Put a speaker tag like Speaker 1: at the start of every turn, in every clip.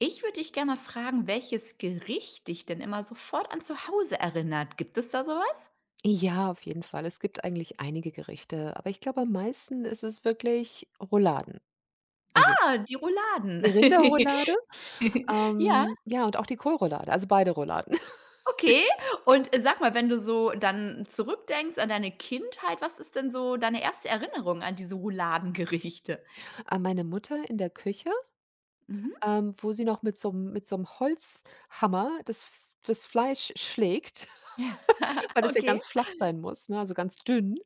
Speaker 1: Ich würde dich gerne mal fragen, welches Gericht dich denn immer sofort an zu Hause erinnert. Gibt es da sowas?
Speaker 2: Ja, auf jeden Fall. Es gibt eigentlich einige Gerichte, aber ich glaube, am meisten ist es wirklich Rouladen. Also,
Speaker 1: Ah, die Rouladen.
Speaker 2: die Rinderroulade,
Speaker 1: Ja,
Speaker 2: ja, und auch die Kohlroulade, also beide Rouladen.
Speaker 1: okay. Und sag mal, wenn du so dann zurückdenkst an deine Kindheit, was ist denn so deine erste Erinnerung an diese Rouladengerichte?
Speaker 2: Meine Mutter in der Küche,
Speaker 1: Mhm.
Speaker 2: wo sie noch mit so 'm Holzhammer das Fleisch schlägt, weil das ja
Speaker 1: Okay.
Speaker 2: ganz flach sein muss, ne, also ganz dünn,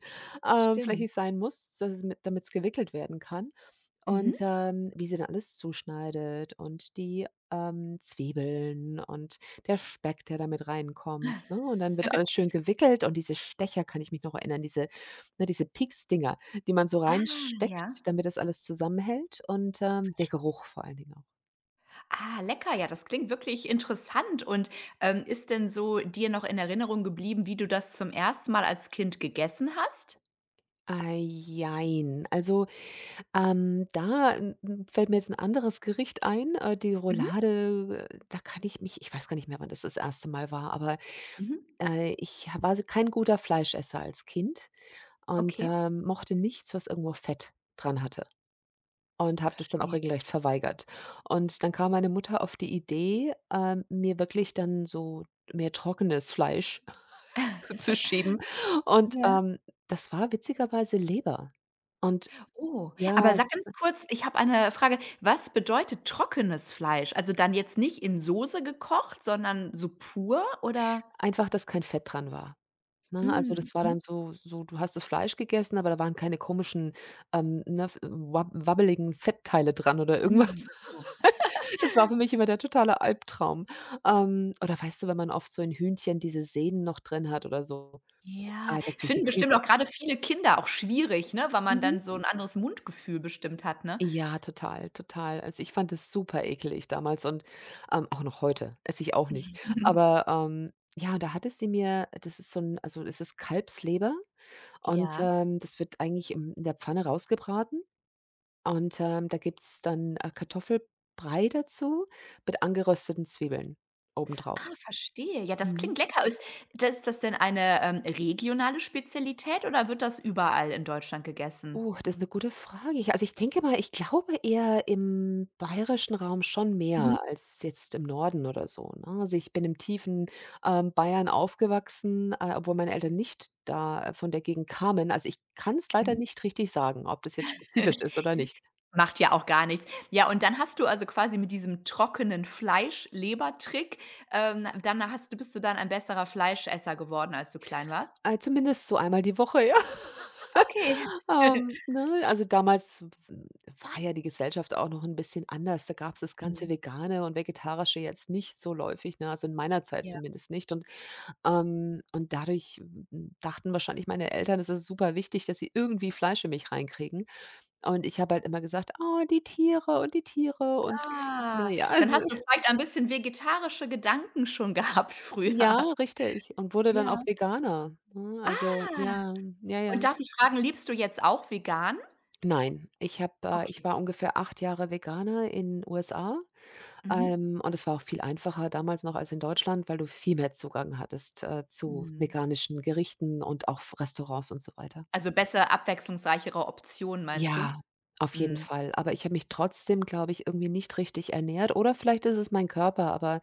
Speaker 1: Stimmt.
Speaker 2: flächig sein muss, dass es damit's gewickelt werden kann. Und,
Speaker 1: Mhm.
Speaker 2: wie sie dann alles zuschneidet und die, Zwiebeln und der Speck, der damit reinkommt, ne? Und dann wird alles schön gewickelt und diese Stecher kann ich mich noch erinnern, diese ne, diese Pieks-Dinger, die man so
Speaker 1: Ah, ja.
Speaker 2: reinsteckt, damit das alles zusammenhält und, der Geruch vor allen Dingen auch.
Speaker 1: Ah, lecker. Ja, das klingt wirklich interessant. Und, ist denn so dir noch in Erinnerung geblieben, wie du das zum ersten Mal als Kind gegessen hast?
Speaker 2: Ah, jein. Also, da, fällt mir jetzt ein anderes Gericht ein. Die
Speaker 1: Mhm,
Speaker 2: Roulade, da kann ich weiß gar nicht mehr, wann das erste Mal war, aber
Speaker 1: mhm.
Speaker 2: Ich ha war s kein guter Fleischesser als Kind und,
Speaker 1: Okay,
Speaker 2: mochte nichts, was irgendwo Fett dran hatte und habe das dann auch
Speaker 1: verstehe.
Speaker 2: regelrecht verweigert. Und dann kam meine Mutter auf die Idee, mir wirklich dann so mehr trockenes Fleisch zu schieben. Und,
Speaker 1: Ja.
Speaker 2: das war witzigerweise Leber. Und
Speaker 1: Oh, aber
Speaker 2: ja,
Speaker 1: sag ganz kurz, ich habe eine Frage. Was bedeutet trockenes Fleisch? Also, dann jetzt nicht in Soße gekocht, sondern so pur oder
Speaker 2: einfach, dass kein Fett dran war. Ne, also,
Speaker 1: hm,
Speaker 2: das war
Speaker 1: mhm,
Speaker 2: dann so, du hast das Fleisch gegessen, aber da waren keine komischen, ne, f wab wabbeligen Fettteile dran oder
Speaker 1: mhm,
Speaker 2: irgendwas.
Speaker 1: ach so.
Speaker 2: Das war für mich immer der totale Albtraum. Oder weißt du, wenn man oft so in Hühnchen diese Sehnen noch drin hat oder so, ah,
Speaker 1: Ja,
Speaker 2: da kriege ich die
Speaker 1: finden bestimmt
Speaker 2: Krise.
Speaker 1: auch gerade viele Kinder auch schwierig, ne, weil man
Speaker 2: Mhm.
Speaker 1: dann so ein anderes Mundgefühl bestimmt hat, ne?
Speaker 2: Ja, total, total. Also, ich fand es super ekelig damals und, auch noch heute, esse ich auch nicht. Aber, ja, und da hatte sie mir das ist so 'n also, es ist Kalbsleber. Und,
Speaker 1: Ja.
Speaker 2: das wird eigentlich im in der Pfanne rausgebraten und, da gibt's dann, Kartoffelbrei dazu mit angerösteten Zwiebeln obendrauf.
Speaker 1: Ah, verstehe. Ja, das
Speaker 2: Mhm.
Speaker 1: klingt lecker. Ist das das denn eine, regionale Spezialität oder wird das überall in Deutschland gegessen?
Speaker 2: Das ist eine gute Frage. Ich Also, ich denke mal, ich glaube eher im bayerischen Raum schon
Speaker 1: Mhm,
Speaker 2: mehr als jetzt im Norden oder so, ne? Also, ich bin im tiefen, Bayern aufgewachsen, obwohl meine Eltern nicht da, von der Gegend kamen. Also, ich kann es leider
Speaker 1: mhm.
Speaker 2: nicht richtig sagen, ob das jetzt spezifisch ist oder
Speaker 1: Ist
Speaker 2: nicht.
Speaker 1: macht ja auch gar nichts. Ja, und dann hast du also quasi mit diesem trockenen Fleisch-Leber-Trick, dann hast du bist du dann ein besserer Fleischesser geworden, als du klein warst?
Speaker 2: Zumindest so einmal die Woche, ja.
Speaker 1: Okay.
Speaker 2: Ne, also damals w war ja die Gesellschaft auch noch ein bisschen anders. Da gab es das ganze
Speaker 1: Mhm.
Speaker 2: Vegane und Vegetarische jetzt nicht so läufig, ne? Also in meiner Zeit
Speaker 1: Ja.
Speaker 2: zumindest nicht. Und dadurch dachten wahrscheinlich meine Eltern, es ist super wichtig, dass sie irgendwie Fleisch in mich reinkriegen. Und ich habe halt immer gesagt: „Oh, die Tiere und die Tiere" und na
Speaker 1: Ah,
Speaker 2: ja,
Speaker 1: dann
Speaker 2: also
Speaker 1: hast du vielleicht ein bisschen vegetarische Gedanken schon gehabt früher.
Speaker 2: ja, richtig. Und wurde dann
Speaker 1: Ja.
Speaker 2: auch Veganer, ne? Also
Speaker 1: Ah,
Speaker 2: ja, ja, ja.
Speaker 1: und darf ich fragen, lebst du jetzt auch vegan?
Speaker 2: Nein, ich habe, ich
Speaker 1: Okay.
Speaker 2: war ungefähr 8 Jahre Veganer in USA.
Speaker 1: Mhm.
Speaker 2: Und es war auch viel einfacher damals noch als in Deutschland, weil du viel mehr Zugang hattest, zu
Speaker 1: Mhm.
Speaker 2: veganischen Gerichten und auch Restaurants und so weiter.
Speaker 1: Also, besser abwechslungsreichere Optionen meinst du?
Speaker 2: Ja, auf jeden
Speaker 1: Mhm.
Speaker 2: Fall. Aber ich habe mich trotzdem, glaube ich, irgendwie nicht richtig ernährt oder vielleicht ist es mein Körper, aber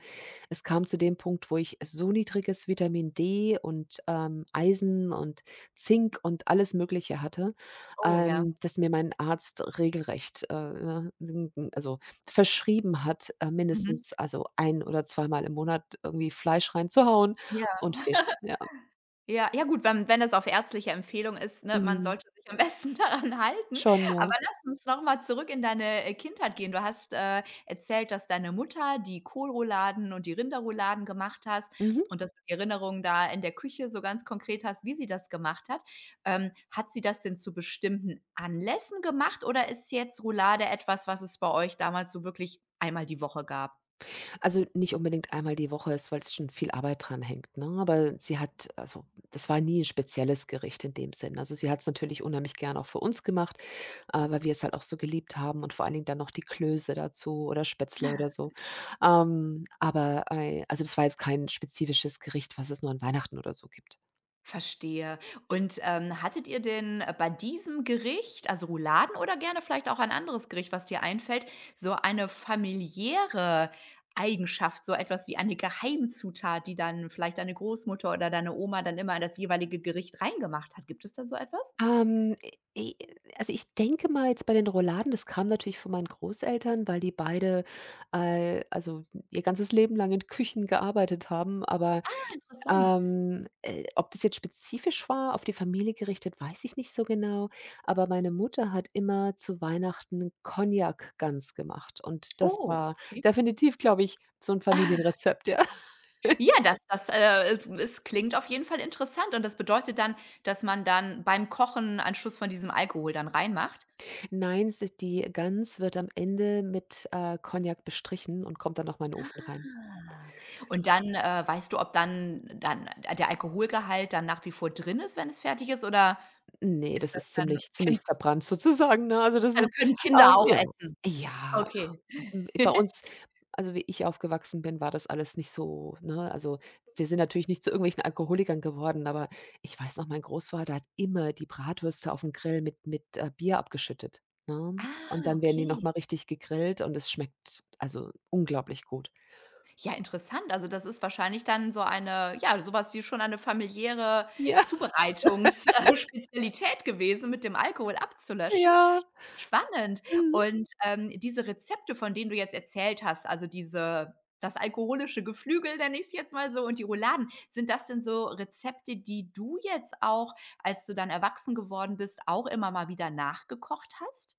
Speaker 2: es kam zu dem Punkt, wo ich so niedriges Vitamin D und, Eisen und Zink und alles Mögliche hatte,
Speaker 1: Oh ja.
Speaker 2: dass mir mein Arzt regelrecht, ne, n n also, verschrieben hat,
Speaker 1: Mhm.
Speaker 2: mindestens also ein oder zweimal im Monat irgendwie Fleisch reinzuhauen
Speaker 1: Ja.
Speaker 2: und Fisch. Ja,
Speaker 1: Ja, ja gut, wenn das auf ärztliche Empfehlung ist, ne, man
Speaker 2: mhm.
Speaker 1: sollte sich am besten daran halten.
Speaker 2: Schon, ja.
Speaker 1: Aber lass uns noch mal zurück in deine, Kindheit gehen. Du hast, erzählt, dass deine Mutter die Kohlrouladen und die Rinderrouladen gemacht hast
Speaker 2: Mhm.
Speaker 1: und dass du die Erinnerung da in der Küche so ganz konkret hast, wie sie das gemacht hat. Hat sie das denn zu bestimmten Anlässen gemacht oder ist jetzt Roulade etwas, was es bei euch damals so wirklich einmal die Woche gab?
Speaker 2: Also, nicht unbedingt einmal die Woche ist, weil es schon viel Arbeit dran hängt, ne? Aber sie hat also, das war nie ein spezielles Gericht in dem Sinn. Also, sie hat es natürlich unheimlich gern auch für uns gemacht, weil wir es halt auch so geliebt haben und vor allen Dingen dann noch die Klöße dazu oder Spätzle oder so. Aber, also, das war jetzt kein spezifisches Gericht, was es nur an Weihnachten oder so gibt.
Speaker 1: Verstehe. Und, hattet ihr denn, bei diesem Gericht, also Rouladen oder gerne vielleicht auch ein anderes Gericht, was dir einfällt, so eine familiäre Eigenschaft, so etwas wie eine Geheimzutat, die dann vielleicht deine Großmutter oder deine Oma dann immer in das jeweilige Gericht reingemacht hat? Gibt es da so etwas?
Speaker 2: Ähm, e e Also, ich denke mal jetzt bei den Rouladen, das kam natürlich von meinen Großeltern, weil die beide, also, ihr ganzes Leben lang in Küchen gearbeitet haben. Aber,
Speaker 1: Interessant.
Speaker 2: ob das jetzt spezifisch war, auf die Familie gerichtet, weiß ich nicht so genau. Aber meine Mutter hat immer zu Weihnachten Cognac ganz gemacht und das
Speaker 1: Oh,
Speaker 2: war
Speaker 1: okay.
Speaker 2: definitiv, glaube ich, so ein Familienrezept, ja.
Speaker 1: Ja, das, es klingt auf jeden Fall interessant und das bedeutet dann, dass man dann beim Kochen einen Schuss von diesem Alkohol dann reinmacht?
Speaker 2: Nein, s die Gans wird am Ende mit, Cognac bestrichen und kommt dann noch mal in den Ofen rein.
Speaker 1: Ah. Und dann, weißt du, ob dann der Alkoholgehalt dann nach wie vor drin ist, wenn es fertig ist, oder
Speaker 2: Ne,
Speaker 1: ist
Speaker 2: das
Speaker 1: das
Speaker 2: ist
Speaker 1: dann
Speaker 2: ziemlich ziemlich
Speaker 1: Kind
Speaker 2: verbrannt sozusagen, ne? Also, das
Speaker 1: also,
Speaker 2: ist,
Speaker 1: können Kinder auch
Speaker 2: ja.
Speaker 1: essen?
Speaker 2: Ja,
Speaker 1: Okay.
Speaker 2: bei uns also, wie ich aufgewachsen bin, war das alles nicht so, ne? Also, wir sind natürlich nicht zu irgendwelchen Alkoholikern geworden, aber ich weiß noch, mein Großvater hat immer die Bratwürste aufm Grill mit, Bier abgeschüttet, ne? Und
Speaker 1: Ah,
Speaker 2: dann werden die noch
Speaker 1: okay.
Speaker 2: mal richtig gegrillt und es schmeckt, also, unglaublich gut.
Speaker 1: Ja, interessant. Also, das ist wahrscheinlich dann so eine ja, so was wie schon eine familiäre
Speaker 2: Ja,
Speaker 1: Zubereitungs Spezialität gewesen, mit dem Alkohol abzulöschen.
Speaker 2: ja.
Speaker 1: Spannend.
Speaker 2: Mhm.
Speaker 1: Und, diese Rezepte, von denen du jetzt erzählt hast, also diese das alkoholische Geflügel, nenne ich's jetzt mal so, und die Rouladen, sind das denn so Rezepte, die du jetzt auch, als du dann erwachsen geworden bist, auch immer mal wieder nachgekocht hast?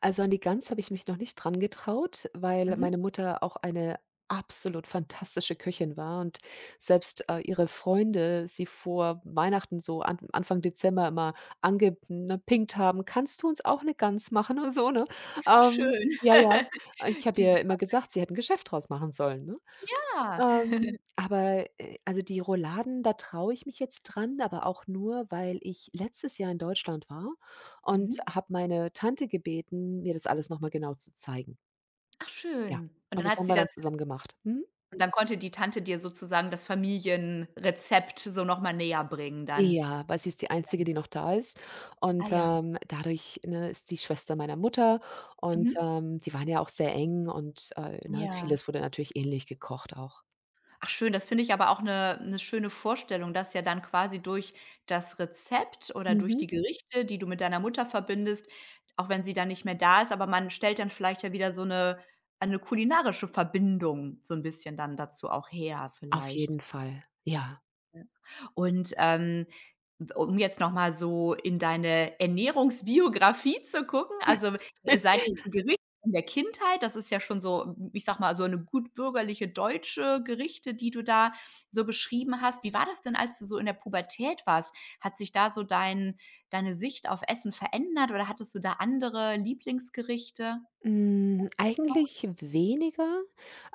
Speaker 2: Also, an die Gans habe ich mich noch nicht dran getraut, weil
Speaker 1: Mhm.
Speaker 2: meine Mutter auch eine absolut fantastische Köchin war und selbst, ihre Freunde sie vor Weihnachten so an Anfang Dezember immer angepinkt haben: „Kannst du uns auch eine Gans machen?" und so, ne?
Speaker 1: Ach schön.
Speaker 2: Ja, ja. Ich habe
Speaker 1: Die
Speaker 2: ihr
Speaker 1: super
Speaker 2: immer gesagt, sie hätten ein Geschäft draus machen sollen, ne?
Speaker 1: ah.
Speaker 2: Aber, also, die Rouladen, da traue ich mich jetzt dran, aber auch nur, weil ich letztes Jahr in Deutschland war und
Speaker 1: Mhm.
Speaker 2: habe meine Tante gebeten, mir das alles noch mal genau zu zeigen.
Speaker 1: Ach
Speaker 2: Ja,
Speaker 1: schön. Und
Speaker 2: und
Speaker 1: dann
Speaker 2: das
Speaker 1: hat
Speaker 2: haben
Speaker 1: sie
Speaker 2: wir
Speaker 1: das
Speaker 2: dann zusammen gemacht. Mhm.
Speaker 1: und dann konnte die Tante dir sozusagen das Familienrezept so noch mal näher bringen dann.
Speaker 2: Ja, weil sie ist die Einzige, die noch da ist
Speaker 1: Ah
Speaker 2: und,
Speaker 1: ja.
Speaker 2: dadurch, ne, ist die Schwester meiner Mutter und,
Speaker 1: Mhm.
Speaker 2: die waren ja auch sehr eng und, ne,
Speaker 1: Ja.
Speaker 2: vieles wurde natürlich ähnlich gekocht auch.
Speaker 1: Ach schön, das finde ich aber auch eine 'ne schöne Vorstellung, dass ja dann quasi durch das Rezept oder durch
Speaker 2: Mhm.
Speaker 1: die Gerichte, die du mit deiner Mutter verbindest auch wenn sie dann nicht mehr da ist, aber man stellt dann vielleicht ja wieder so 'ne eine kulinarische Verbindung so ein bisschen dann dazu auch her
Speaker 2: Auf
Speaker 1: vielleicht.
Speaker 2: jeden Fall, ja.
Speaker 1: Und, ähm, Um jetzt noch mal so in deine Ernährungsbiografie zu gucken, also, seit diesem Gericht in der Kindheit, das ist ja schon so, ich sag mal, so eine gut bürgerliche deutsche Gerichte, die du da so beschrieben hast. Wie war das denn, als du so in der Pubertät warst? Hat sich da so deine Sicht auf Essen verändert oder hattest du da andere Lieblingsgerichte
Speaker 2: Hm,
Speaker 1: noch?
Speaker 2: eigentlich weniger,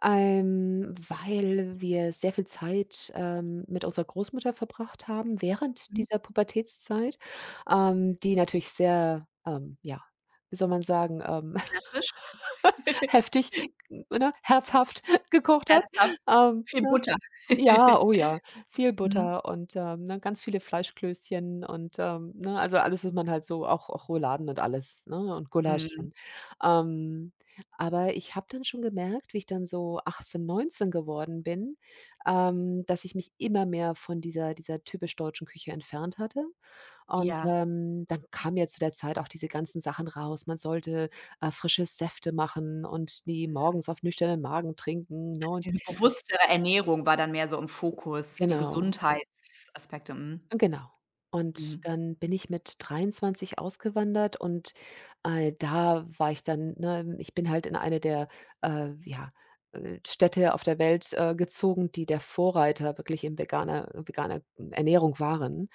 Speaker 2: weil wir sehr viel Zeit, mit unserer Großmutter verbracht haben während
Speaker 1: Mhm,
Speaker 2: dieser Pubertätszeit, die natürlich sehr, ja, wie soll man sagen,
Speaker 1: klassisch.
Speaker 2: heftig, ne, herzhaft gekocht hat.
Speaker 1: Herzhaft,
Speaker 2: Ähm
Speaker 1: viel Butter.
Speaker 2: ja, oh ja, viel
Speaker 1: Mhm.
Speaker 2: Butter und, ne, ganz viele Fleischklößchen und, ne, also alles, was man halt so auch Rouladen und alles, ne, und Gulasch
Speaker 1: Mhm.
Speaker 2: und, ähm aber ich habe dann schon gemerkt, wie ich dann so 18, 19 geworden bin, dass ich mich immer mehr von dieser typisch deutschen Küche entfernt hatte und,
Speaker 1: Ja.
Speaker 2: dann kamen ja zu der Zeit auch diese ganzen Sachen raus. Man sollte, frische Säfte machen und die morgens auf nüchternen Magen trinken, ne, und
Speaker 1: Diese bewusstere Ernährung war dann mehr so im Fokus, die
Speaker 2: genau.
Speaker 1: Gesundheitsaspekte. Mhm.
Speaker 2: Genau. Und
Speaker 1: Mhm.
Speaker 2: dann bin ich mit 23 ausgewandert und, da war ich dann ne, ich bin halt in eine der, äh, ja, Städte auf der Welt, gezogen, die der Vorreiter wirklich in veganer Ernährung waren.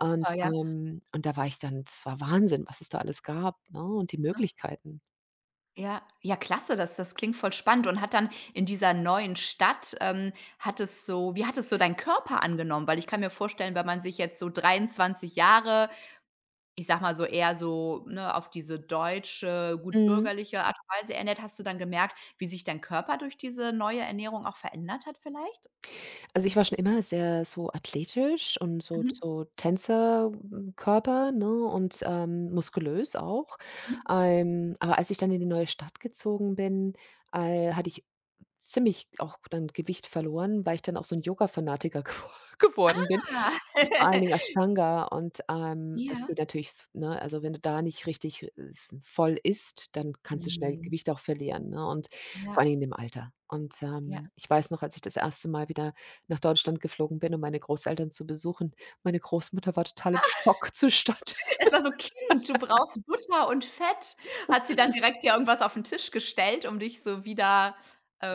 Speaker 2: Und,
Speaker 1: Super, ja.
Speaker 2: ähm und da war ich dann es war Wahnsinn, was es da alles gab, ne, und die
Speaker 1: Ne?
Speaker 2: Möglichkeiten.
Speaker 1: Ja, ja, klasse, das klingt voll spannend und hat dann in dieser neuen Stadt, hat es so wie hat es so dein Körper angenommen? Weil ich kann mir vorstellen, wenn man sich jetzt so 23 Jahre, ich sag mal so eher so, ne, auf diese deutsche, gut
Speaker 2: Mhm.
Speaker 1: bürgerliche Art und Weise ernährt, hast du dann gemerkt, wie sich dein Körper durch diese neue Ernährung auch verändert hat vielleicht?
Speaker 2: Also, ich war schon immer sehr so athletisch und so
Speaker 1: Mhm.
Speaker 2: so Tänzerkörper ne, und, muskulös auch.
Speaker 1: Mhm.
Speaker 2: Aber als ich dann in die neue Stadt gezogen bin, hatte ich ziemlich auch dann Gewicht verloren, weil ich dann auch so ein Yoga-Fanatiker geworden bin,
Speaker 1: Ah.
Speaker 2: vor allen Dingen Ashtanga und, das
Speaker 1: Ja.
Speaker 2: geht natürlich s ne, also, wenn du da nicht richtig, v voll isst, dann kannst du schnell
Speaker 1: Mhm.
Speaker 2: Gewicht auch verlieren, ne, und vor
Speaker 1: Ja,
Speaker 2: allen Dingen in dem Alter. Und,
Speaker 1: ja.
Speaker 2: ich weiß noch, als ich das erste Mal wieder nach Deutschland geflogen bin, um meine Großeltern zu besuchen. Meine Großmutter war total im Schockzustand.
Speaker 1: Es war so: „Kind, du brauchst Butter und Fett.“ Hat sie dann direkt dir irgendwas auf 'n Tisch gestellt, um dich so wieder,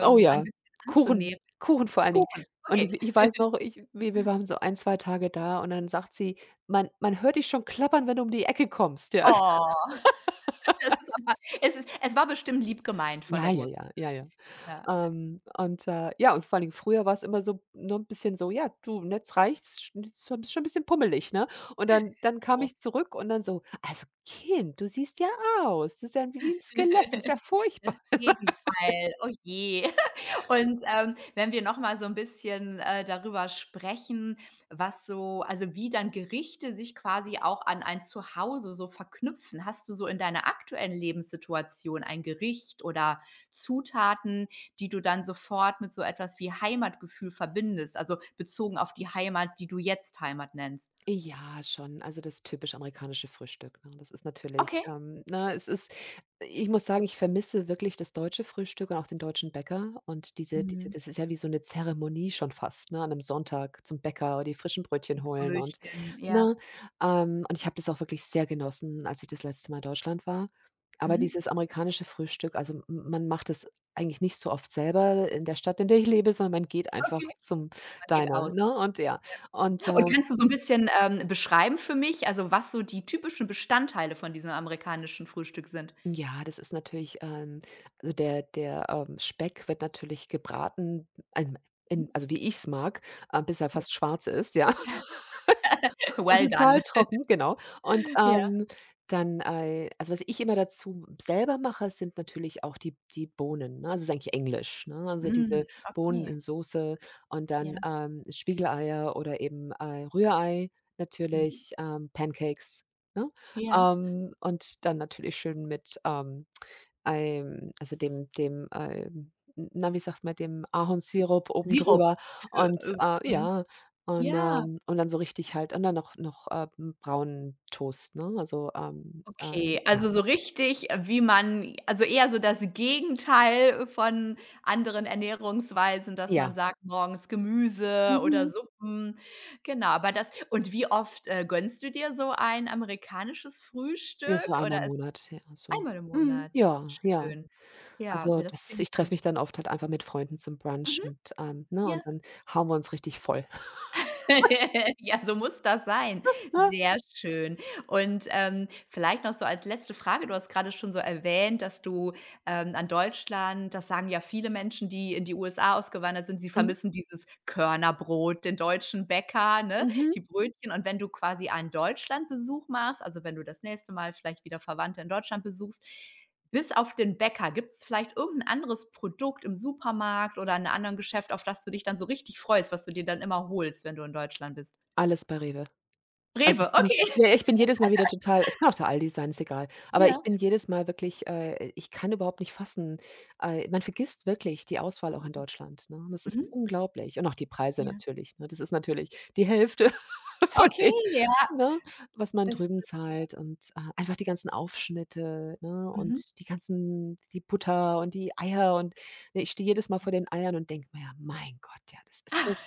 Speaker 2: Oh
Speaker 1: ein
Speaker 2: ja,
Speaker 1: bisschen
Speaker 2: Kuchen,
Speaker 1: anzunähern?
Speaker 2: Kuchen vor allen Dingen.
Speaker 1: Kuchen,
Speaker 2: Und
Speaker 1: okay.
Speaker 2: ich weiß noch, ich wir wir waren so ein 2 Tage da und dann sagt sie: „Man hört dich schon klappern, wenn du um die Ecke kommst", ja.
Speaker 1: Oh, das ist aber es war bestimmt lieb gemeint von
Speaker 2: Ja,
Speaker 1: der
Speaker 2: ja,
Speaker 1: Großmutter.
Speaker 2: ja, ja, ja. Und, ja, und vor allen Dingen früher war es immer so, nur ein bisschen so: „Ja, du, und jetzt reicht's, sch jetzt schon bist du schon ein bisschen pummelig, ne?" Und dann kam
Speaker 1: Oh.
Speaker 2: ich zurück und dann so: „Also Kind, du siehst ja aus. Du siehst ja wie ein Skelett. Das ist ja furchtbar."
Speaker 1: Das Gegenteil, oh je. Und, wenn wir noch mal so ein bisschen, darüber sprechen, was so also, wie dann Gerichte sich quasi auch an ein Zuhause so verknüpfen. Hast du so in deiner aktuellen Lebenssituation ein Gericht oder Zutaten, die du dann sofort mit so etwas wie Heimatgefühl verbindest, also, bezogen auf die Heimat, die du jetzt Heimat nennst?
Speaker 2: Ja, schon. Also, das typisch amerikanische Frühstück, ne? Das ist natürlich,
Speaker 1: Okay.
Speaker 2: ne, es ist ich muss sagen, ich vermisse wirklich das deutsche Frühstück und auch den deutschen Bäcker und diese
Speaker 1: Mhm.
Speaker 2: das ist ja wie so eine Zeremonie schon fast, ne, an einem Sonntag zum Bäcker oder die frischen
Speaker 1: Die
Speaker 2: Brötchen holen und
Speaker 1: Brötchen, ja.
Speaker 2: na. Und ich habe das auch wirklich sehr genossen, als ich das letzte Mal in Deutschland war. Aber
Speaker 1: Mhm.
Speaker 2: dieses amerikanische Frühstück, also, m man macht es eigentlich nicht so oft selber in der Stadt, in der ich lebe, sondern man geht einfach
Speaker 1: Okay.
Speaker 2: zum
Speaker 1: Man geht
Speaker 2: Diner,
Speaker 1: aus.
Speaker 2: ne? Und ja, und,
Speaker 1: Und kannst du so 'n bisschen, beschreiben für mich, also, was so die typischen Bestandteile von diesem amerikanischen Frühstück sind?
Speaker 2: ja, das ist natürlich, also, der Speck wird natürlich gebraten, ähm,
Speaker 1: Mhm.
Speaker 2: in also, wie ich's mag, bis er fast schwarz ist, ja. Und
Speaker 1: Well done.
Speaker 2: total trocken, genau. Und,
Speaker 1: Ja.
Speaker 2: dann, also, was ich immer dazu selber mache, sind natürlich auch die Bohnen, ne? Also, es ist eigentlich englisch, ne? Also,
Speaker 1: Mhm,
Speaker 2: diese Bohnen
Speaker 1: okay.
Speaker 2: in Soße und dann,
Speaker 1: Ja.
Speaker 2: Spiegeleier oder eben, Rührei
Speaker 1: Mhm.
Speaker 2: natürlich, Pancakes, ne?
Speaker 1: Ja. Ja.
Speaker 2: Und dann natürlich schön mit, also, dem na, wie sagt man, dem
Speaker 1: So
Speaker 2: Ahornsirup oben
Speaker 1: Sirup
Speaker 2: drüber
Speaker 1: für,
Speaker 2: und,
Speaker 1: mhm.
Speaker 2: ja.
Speaker 1: Ja.
Speaker 2: Und dann so richtig halt und dann noch braunen Toast, ne? Also,
Speaker 1: Okay,
Speaker 2: ja.
Speaker 1: also so richtig, wie man also eher so das Gegenteil von anderen Ernährungsweisen, dass man
Speaker 2: Ja.
Speaker 1: sagt, morgens Gemüse oder
Speaker 2: Mhm.
Speaker 1: Suppen. Genau, aber das und wie oft, gönnst du dir so ein amerikanisches
Speaker 2: Ja, so
Speaker 1: Frühstück oder
Speaker 2: einmal im
Speaker 1: ist
Speaker 2: Monat, ja, so.
Speaker 1: einmal im
Speaker 2: Mhm.
Speaker 1: Monat?
Speaker 2: Ja, ja.
Speaker 1: Schön. Ja,
Speaker 2: Also,
Speaker 1: ne, das
Speaker 2: das
Speaker 1: klingt
Speaker 2: ich treffe
Speaker 1: gut.
Speaker 2: mich dann oft halt einfach mit Freunden zum Brunch
Speaker 1: Mhm.
Speaker 2: und, ne,
Speaker 1: Ja.
Speaker 2: und dann hauen wir uns richtig voll.
Speaker 1: Ja, so muss das sein. Sehr schön. Vielleicht noch so als letzte Frage, du hast gerade schon so erwähnt, dass du, an Deutschland das sagen ja viele Menschen, die in die USA ausgewandert sind, sie
Speaker 2: Mhm,
Speaker 1: vermissen dieses Körnerbrot, den deutschen Bäcker, ne,
Speaker 2: mhm.
Speaker 1: die Brötchen. Und wenn du quasi einen Deutschlandbesuch machst, also wenn du das nächste Mal vielleicht wieder Verwandte in Deutschland besuchst bis auf den Bäcker, gibt es vielleicht irgendein anderes Produkt im Supermarkt oder in 'ner anderen Geschäft, auf das du dich dann so richtig freust, was du dir dann immer holst, wenn du in Deutschland bist?
Speaker 2: Alles bei REWE. Also,
Speaker 1: Rewe,
Speaker 2: ich bin
Speaker 1: okay.
Speaker 2: ja, ich bin jedes Mal wieder total es kann auch der Aldi sein, ist egal. Aber ich
Speaker 1: Ja.
Speaker 2: bin jedes Mal wirklich ich kann überhaupt nicht fassen. Man vergisst wirklich die Auswahl auch in Deutschland, ne? Das ist
Speaker 1: Mhm.
Speaker 2: unglaublich. Und auch die Preise
Speaker 1: Ja.
Speaker 2: natürlich, ne? Das ist natürlich die Hälfte von
Speaker 1: Okay,
Speaker 2: dem,
Speaker 1: ja.
Speaker 2: ne,
Speaker 1: Ist
Speaker 2: was man drüben
Speaker 1: günstiger.
Speaker 2: zahlt und, einfach die ganzen Aufschnitte, ne,
Speaker 1: Mhm.
Speaker 2: und die Butter und die Eier und ne, ich stehe jedes Mal vor den Eiern und denke mir: „Ja, mein Gott, ja, das ist das."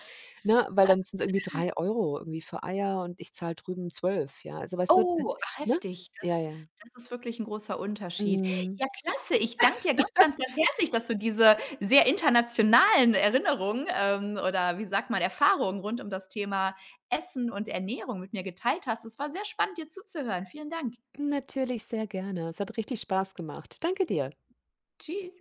Speaker 2: Ne, weil dann sind's irgendwie 3 Euro irgendwie für Eier und ich zahle drüben 12, ja. Also, weißt du, d
Speaker 1: Oh, ach
Speaker 2: ne?
Speaker 1: heftig.
Speaker 2: Ja,
Speaker 1: Das
Speaker 2: ja.
Speaker 1: das ist wirklich 'n großer Unterschied.
Speaker 2: Mhm.
Speaker 1: Ja, klasse. Ich danke dir ganz, ganz, ganz herzlich, dass du diese sehr internationalen Erinnerungen, oder wie sagt man, Erfahrungen rund um das Thema Essen und Ernährung mit mir geteilt hast. Es war sehr spannend, dir zuzuhören. Vielen Dank.
Speaker 2: Natürlich, sehr gerne. Es hat richtig Spaß gemacht. Danke dir.
Speaker 1: Tschüss.